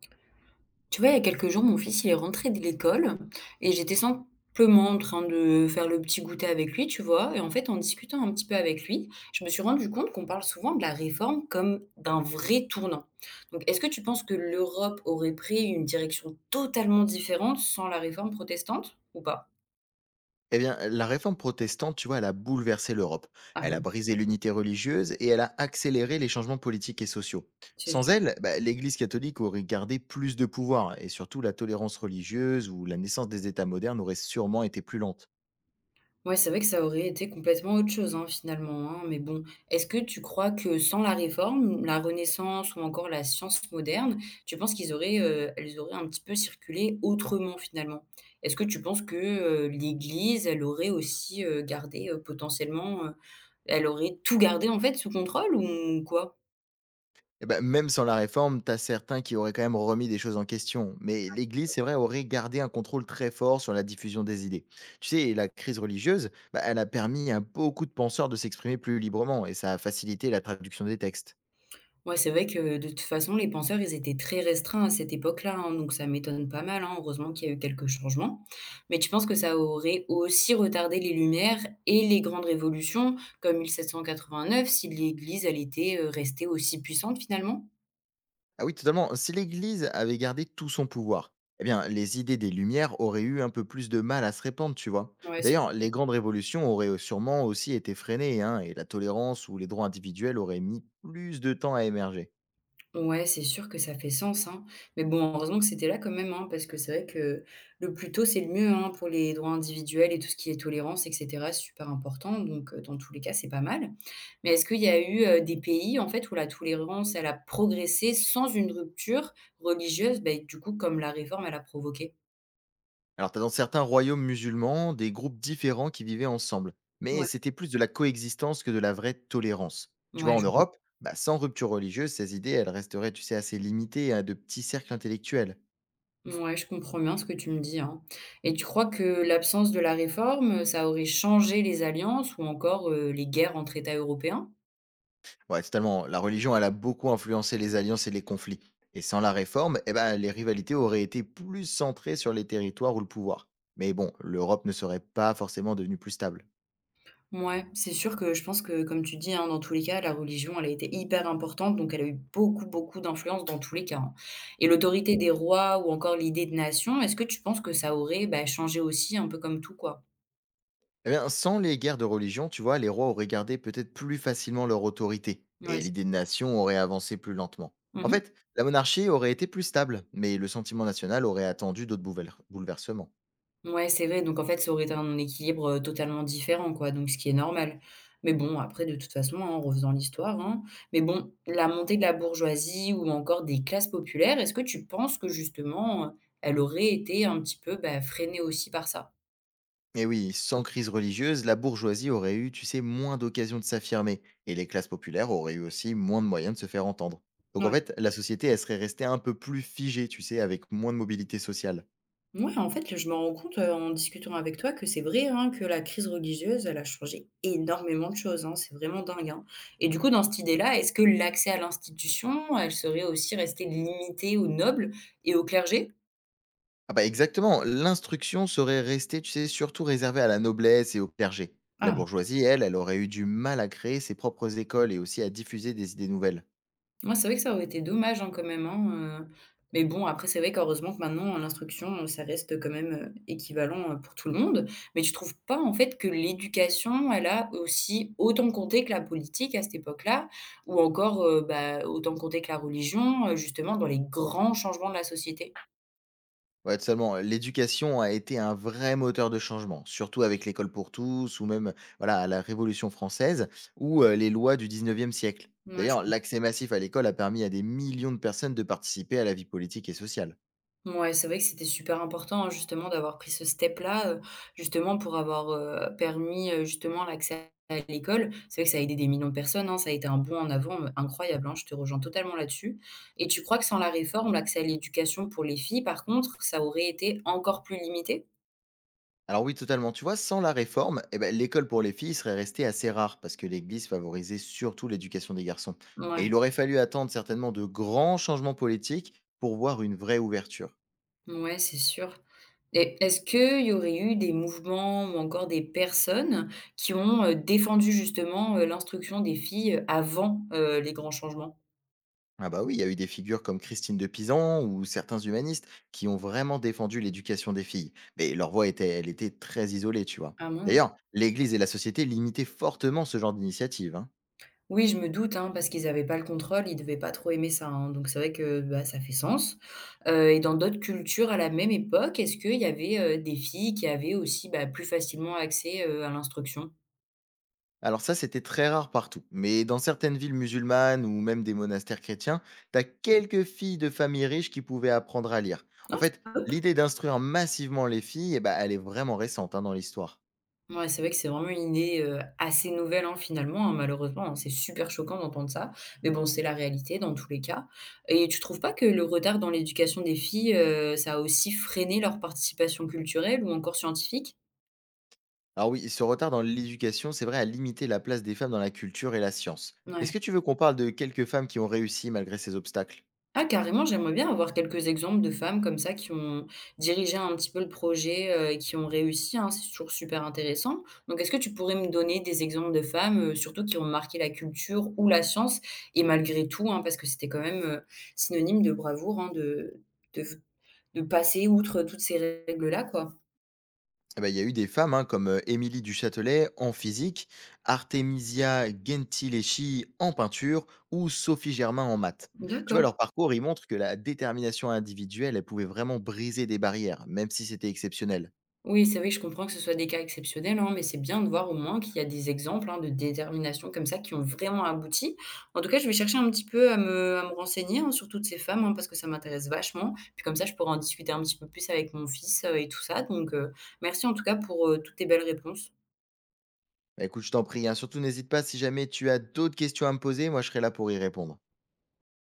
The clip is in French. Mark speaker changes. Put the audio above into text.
Speaker 1: Tu vois, il y a quelques jours, mon fils, il est rentré de l'école et j'étais simplement en train de faire le petit goûter avec lui, tu vois. Et en fait, en discutant un petit peu avec lui, je me suis rendu compte qu'on parle souvent de la réforme comme d'un vrai tournant. Donc, est-ce que tu penses que l'Europe aurait pris une direction totalement différente sans la réforme protestante ou pas?
Speaker 2: Eh bien, la réforme protestante, tu vois, elle a bouleversé l'Europe.
Speaker 1: Ah
Speaker 2: Elle a
Speaker 1: oui,
Speaker 2: brisé l'unité religieuse et elle a accéléré les changements politiques et sociaux.
Speaker 1: c'est
Speaker 2: Sans
Speaker 1: sûr.
Speaker 2: elle, bah, l'Église catholique aurait gardé plus de pouvoir et surtout la tolérance religieuse ou la naissance des États modernes aurait sûrement été plus lente.
Speaker 1: Ouais, c'est vrai que ça aurait été complètement autre chose, hein, finalement, hein, mais bon, est-ce que tu crois que sans la réforme, la Renaissance ou encore la science moderne, tu penses qu'elles auraient un petit peu circulé autrement, finalement? Est-ce que tu penses que, l'Église, elle aurait aussi, gardé, potentiellement, elle aurait tout gardé, en fait, sous contrôle ou quoi?
Speaker 2: Et ben, même sans la réforme, t'as certains qui auraient quand même remis des choses en question. Mais l'Église, c'est vrai, aurait gardé un contrôle très fort sur la diffusion des idées. Tu sais, la crise religieuse, bah, elle a permis à beaucoup de penseurs de s'exprimer plus librement et ça a facilité la traduction des textes.
Speaker 1: Ouais, c'est vrai que de toute façon, les penseurs, ils étaient très restreints à cette époque-là, hein, donc ça m'étonne pas mal, hein. Heureusement qu'il y a eu quelques changements. Mais tu penses que ça aurait aussi retardé les Lumières et les grandes révolutions comme 1789 si l'Église, elle était, restée aussi puissante finalement?
Speaker 2: Ah oui, totalement. Si l'Église avait gardé tout son pouvoir, eh bien, les idées des Lumières auraient eu un peu plus de mal à se répandre, tu vois.
Speaker 1: Ouais, c'est
Speaker 2: D'ailleurs, les grandes révolutions auraient sûrement aussi été freinées, hein, et la tolérance ou les droits individuels auraient mis plus de temps à émerger.
Speaker 1: Ouais, c'est sûr que ça fait sens, hein. Mais bon, heureusement que c'était là quand même, hein, parce que c'est vrai que le plus tôt, c'est le mieux, hein, pour les droits individuels et tout ce qui est tolérance, et cetera, c'est super important. Donc, dans tous les cas, c'est pas mal. Mais est-ce qu'il y a eu, des pays, en fait, où la tolérance, elle a progressé sans une rupture religieuse? Beh, du coup, comme la réforme, elle a provoqué?
Speaker 2: Alors, tu as dans certains royaumes musulmans des groupes différents qui vivaient ensemble, mais
Speaker 1: Ouais.
Speaker 2: c'était plus de la coexistence que de la vraie tolérance. Tu vois,
Speaker 1: Ouais,
Speaker 2: en
Speaker 1: je vois.
Speaker 2: Europe, bah, sans rupture religieuse, ces idées, elles resteraient, tu sais, assez limitées à de petits cercles intellectuels.
Speaker 1: Ouais, je comprends bien ce que tu me dis, hein. Et tu crois que l'absence de la réforme, ça aurait changé les alliances ou encore, les guerres entre États européens?
Speaker 2: Ouais, totalement. La religion, elle a beaucoup influencé les alliances et les conflits. Et sans la réforme, eh ben, les rivalités auraient été plus centrées sur les territoires ou le pouvoir. Mais bon, l'Europe ne serait pas forcément devenue plus stable.
Speaker 1: Ouais, c'est sûr que je pense que, comme tu dis, hein, dans tous les cas, la religion, elle a été hyper importante, donc elle a eu beaucoup, beaucoup d'influence dans tous les cas, hein. Et l'autorité des rois ou encore l'idée de nation, est-ce que tu penses que ça aurait, bah, changé aussi un peu comme tout, quoi?
Speaker 2: Eh bien, sans les guerres de religion, tu vois, les rois auraient gardé peut-être plus facilement leur autorité. Et
Speaker 1: Ouais, c
Speaker 2: l'idée de nation aurait avancé plus lentement. En
Speaker 1: mmh
Speaker 2: fait, la monarchie aurait été plus stable, mais le sentiment national aurait attendu d'autres bouleversements.
Speaker 1: Ouais, c'est vrai, donc en fait, ça aurait été un équilibre, totalement différent, quoi, donc ce qui est normal. Mais bon, après, de toute façon, hein, en refaisant l'histoire, hein, mais bon, la montée de la bourgeoisie ou encore des classes populaires, est-ce que tu penses que justement, elle aurait été un petit peu, bah, freinée aussi par ça?
Speaker 2: Et oui, sans crise religieuse, la bourgeoisie aurait eu, tu sais, moins d'occasions de s'affirmer, et les classes populaires auraient eu aussi moins de moyens de se faire entendre. Donc en
Speaker 1: Ouais.
Speaker 2: fait, la société, elle serait restée un peu plus figée, tu sais, avec moins de mobilité sociale.
Speaker 1: Ouais, en fait, je me rends compte, en discutant avec toi que c'est vrai, hein, que la crise religieuse, elle a changé énormément de choses, hein. C'est vraiment dingue, hein, et du coup, dans cette idée-là, est-ce que l'accès à l'institution, elle serait aussi restée limitée aux nobles et au clergé?
Speaker 2: Ah bah exactement, l'instruction serait restée, tu sais, surtout réservée à la noblesse et au clergé. La
Speaker 1: Ah!
Speaker 2: bourgeoisie, elle, elle aurait eu du mal à créer ses propres écoles et aussi à diffuser des idées nouvelles.
Speaker 1: Moi c'est vrai que ça aurait été dommage, hein, quand même, hein, mais bon, après, c'est vrai qu'heureusement que maintenant, hein, l'instruction, ça reste quand même, équivalent, pour tout le monde. Mais tu trouves pas, en fait, que l'éducation, elle a aussi autant compté que la politique à cette époque-là? Ou encore, bah, autant compté que la religion, justement dans les grands changements de la société?
Speaker 2: Ouais, seulement, l'éducation a été un vrai moteur de changement, surtout avec l'école pour tous ou même voilà, à la Révolution française ou les lois du 19e siècle.
Speaker 1: Mouais, je
Speaker 2: D'ailleurs, l'accès massif à l'école a permis à des millions de personnes de participer à la vie politique et sociale.
Speaker 1: Ouais, c'est vrai que c'était super important, hein, justement, d'avoir pris ce step-là, justement pour avoir, permis, justement l'accès à l'école. C'est vrai que ça a aidé des millions de personnes, hein, ça a été un bond en avant, incroyable, hein, je te rejoins totalement là-dessus, et tu crois que sans la réforme, l'accès à l'éducation pour les filles, par contre, ça aurait été encore plus limité?
Speaker 2: Alors oui, totalement, tu vois, sans la réforme, eh ben, l'école pour les filles serait restée assez rare parce que l'Église favorisait surtout l'éducation des garçons. Et
Speaker 1: Ouais,
Speaker 2: il aurait fallu attendre certainement de grands changements politiques pour voir une vraie ouverture.
Speaker 1: ouais, c'est sûr, et est-ce qu'il y aurait eu des mouvements ou encore des personnes qui ont, défendu justement, l'instruction des filles, avant, les grands changements?
Speaker 2: Ah bah oui, il y a eu des figures comme Christine de Pisan ou certains humanistes qui ont vraiment défendu l'éducation des filles. Mais leur voix était, elle était très isolée, tu vois.
Speaker 1: Ah mince.
Speaker 2: D'ailleurs, l'Église et la société limitaient fortement ce genre d'initiative, hein.
Speaker 1: Oui, je me doute, hein, parce qu'ils avaient pas le contrôle, ils devaient pas trop aimer ça, hein, donc c'est vrai que, bah, ça fait sens, et dans d'autres cultures à la même époque, est-ce qu'il y avait, des filles qui avaient aussi, bah, plus facilement accès, à l'instruction?
Speaker 2: Alors ça, c'était très rare partout. Mais dans certaines villes musulmanes ou même des monastères chrétiens, t'as quelques filles de familles riches qui pouvaient apprendre à lire. En
Speaker 1: Non, c'est
Speaker 2: fait,
Speaker 1: top.
Speaker 2: l'idée d'instruire massivement les filles, eh bah, elle est vraiment récente, hein, dans l'histoire.
Speaker 1: Ouais, c'est vrai que c'est vraiment une idée, assez nouvelle, hein, finalement, hein, malheureusement, hein, c'est super choquant d'entendre ça, mais bon, c'est la réalité dans tous les cas, et tu trouves pas que le retard dans l'éducation des filles, ça a aussi freiné leur participation culturelle ou encore scientifique?
Speaker 2: Alors oui, ce retard dans l'éducation, c'est vrai, a limité la place des femmes dans la culture et la science. Est-ce
Speaker 1: Ouais.
Speaker 2: que tu veux qu'on parle de quelques femmes qui ont réussi malgré ces obstacles?
Speaker 1: Ah carrément, j'aimerais bien avoir quelques exemples de femmes comme ça qui ont dirigé un petit peu le projet, et qui ont réussi, hein, c'est toujours super intéressant. Donc est-ce que tu pourrais me donner des exemples de femmes, surtout qui ont marqué la culture ou la science et malgré tout, hein, parce que c'était quand même, synonyme de bravoure, hein, de de passer outre toutes ces règles-là, quoi?
Speaker 2: Eh ben, il y a eu des femmes, hein, comme Émilie du Châtelet en physique, Artemisia Gentileschi en peinture ou Sophie Germain en maths. Tu vois,
Speaker 1: D'accord.
Speaker 2: leur parcours, il montre que la détermination individuelle, elle pouvait vraiment briser des barrières, même si c'était exceptionnel.
Speaker 1: Oui, c'est vrai que je comprends que ce soit des cas exceptionnels, hein, mais c'est bien de voir au moins qu'il y a des exemples, hein, de détermination comme ça qui ont vraiment abouti. En tout cas, je vais chercher un petit peu à me renseigner, hein, sur toutes ces femmes, hein, parce que ça m'intéresse vachement. Puis comme ça, je pourrai en discuter un petit peu plus avec mon fils, et tout ça. Donc, merci en tout cas pour, toutes tes belles réponses.
Speaker 2: Bah, écoute, je t'en prie, hein, surtout n'hésite pas si jamais tu as d'autres questions à me poser, moi je serai là pour y répondre.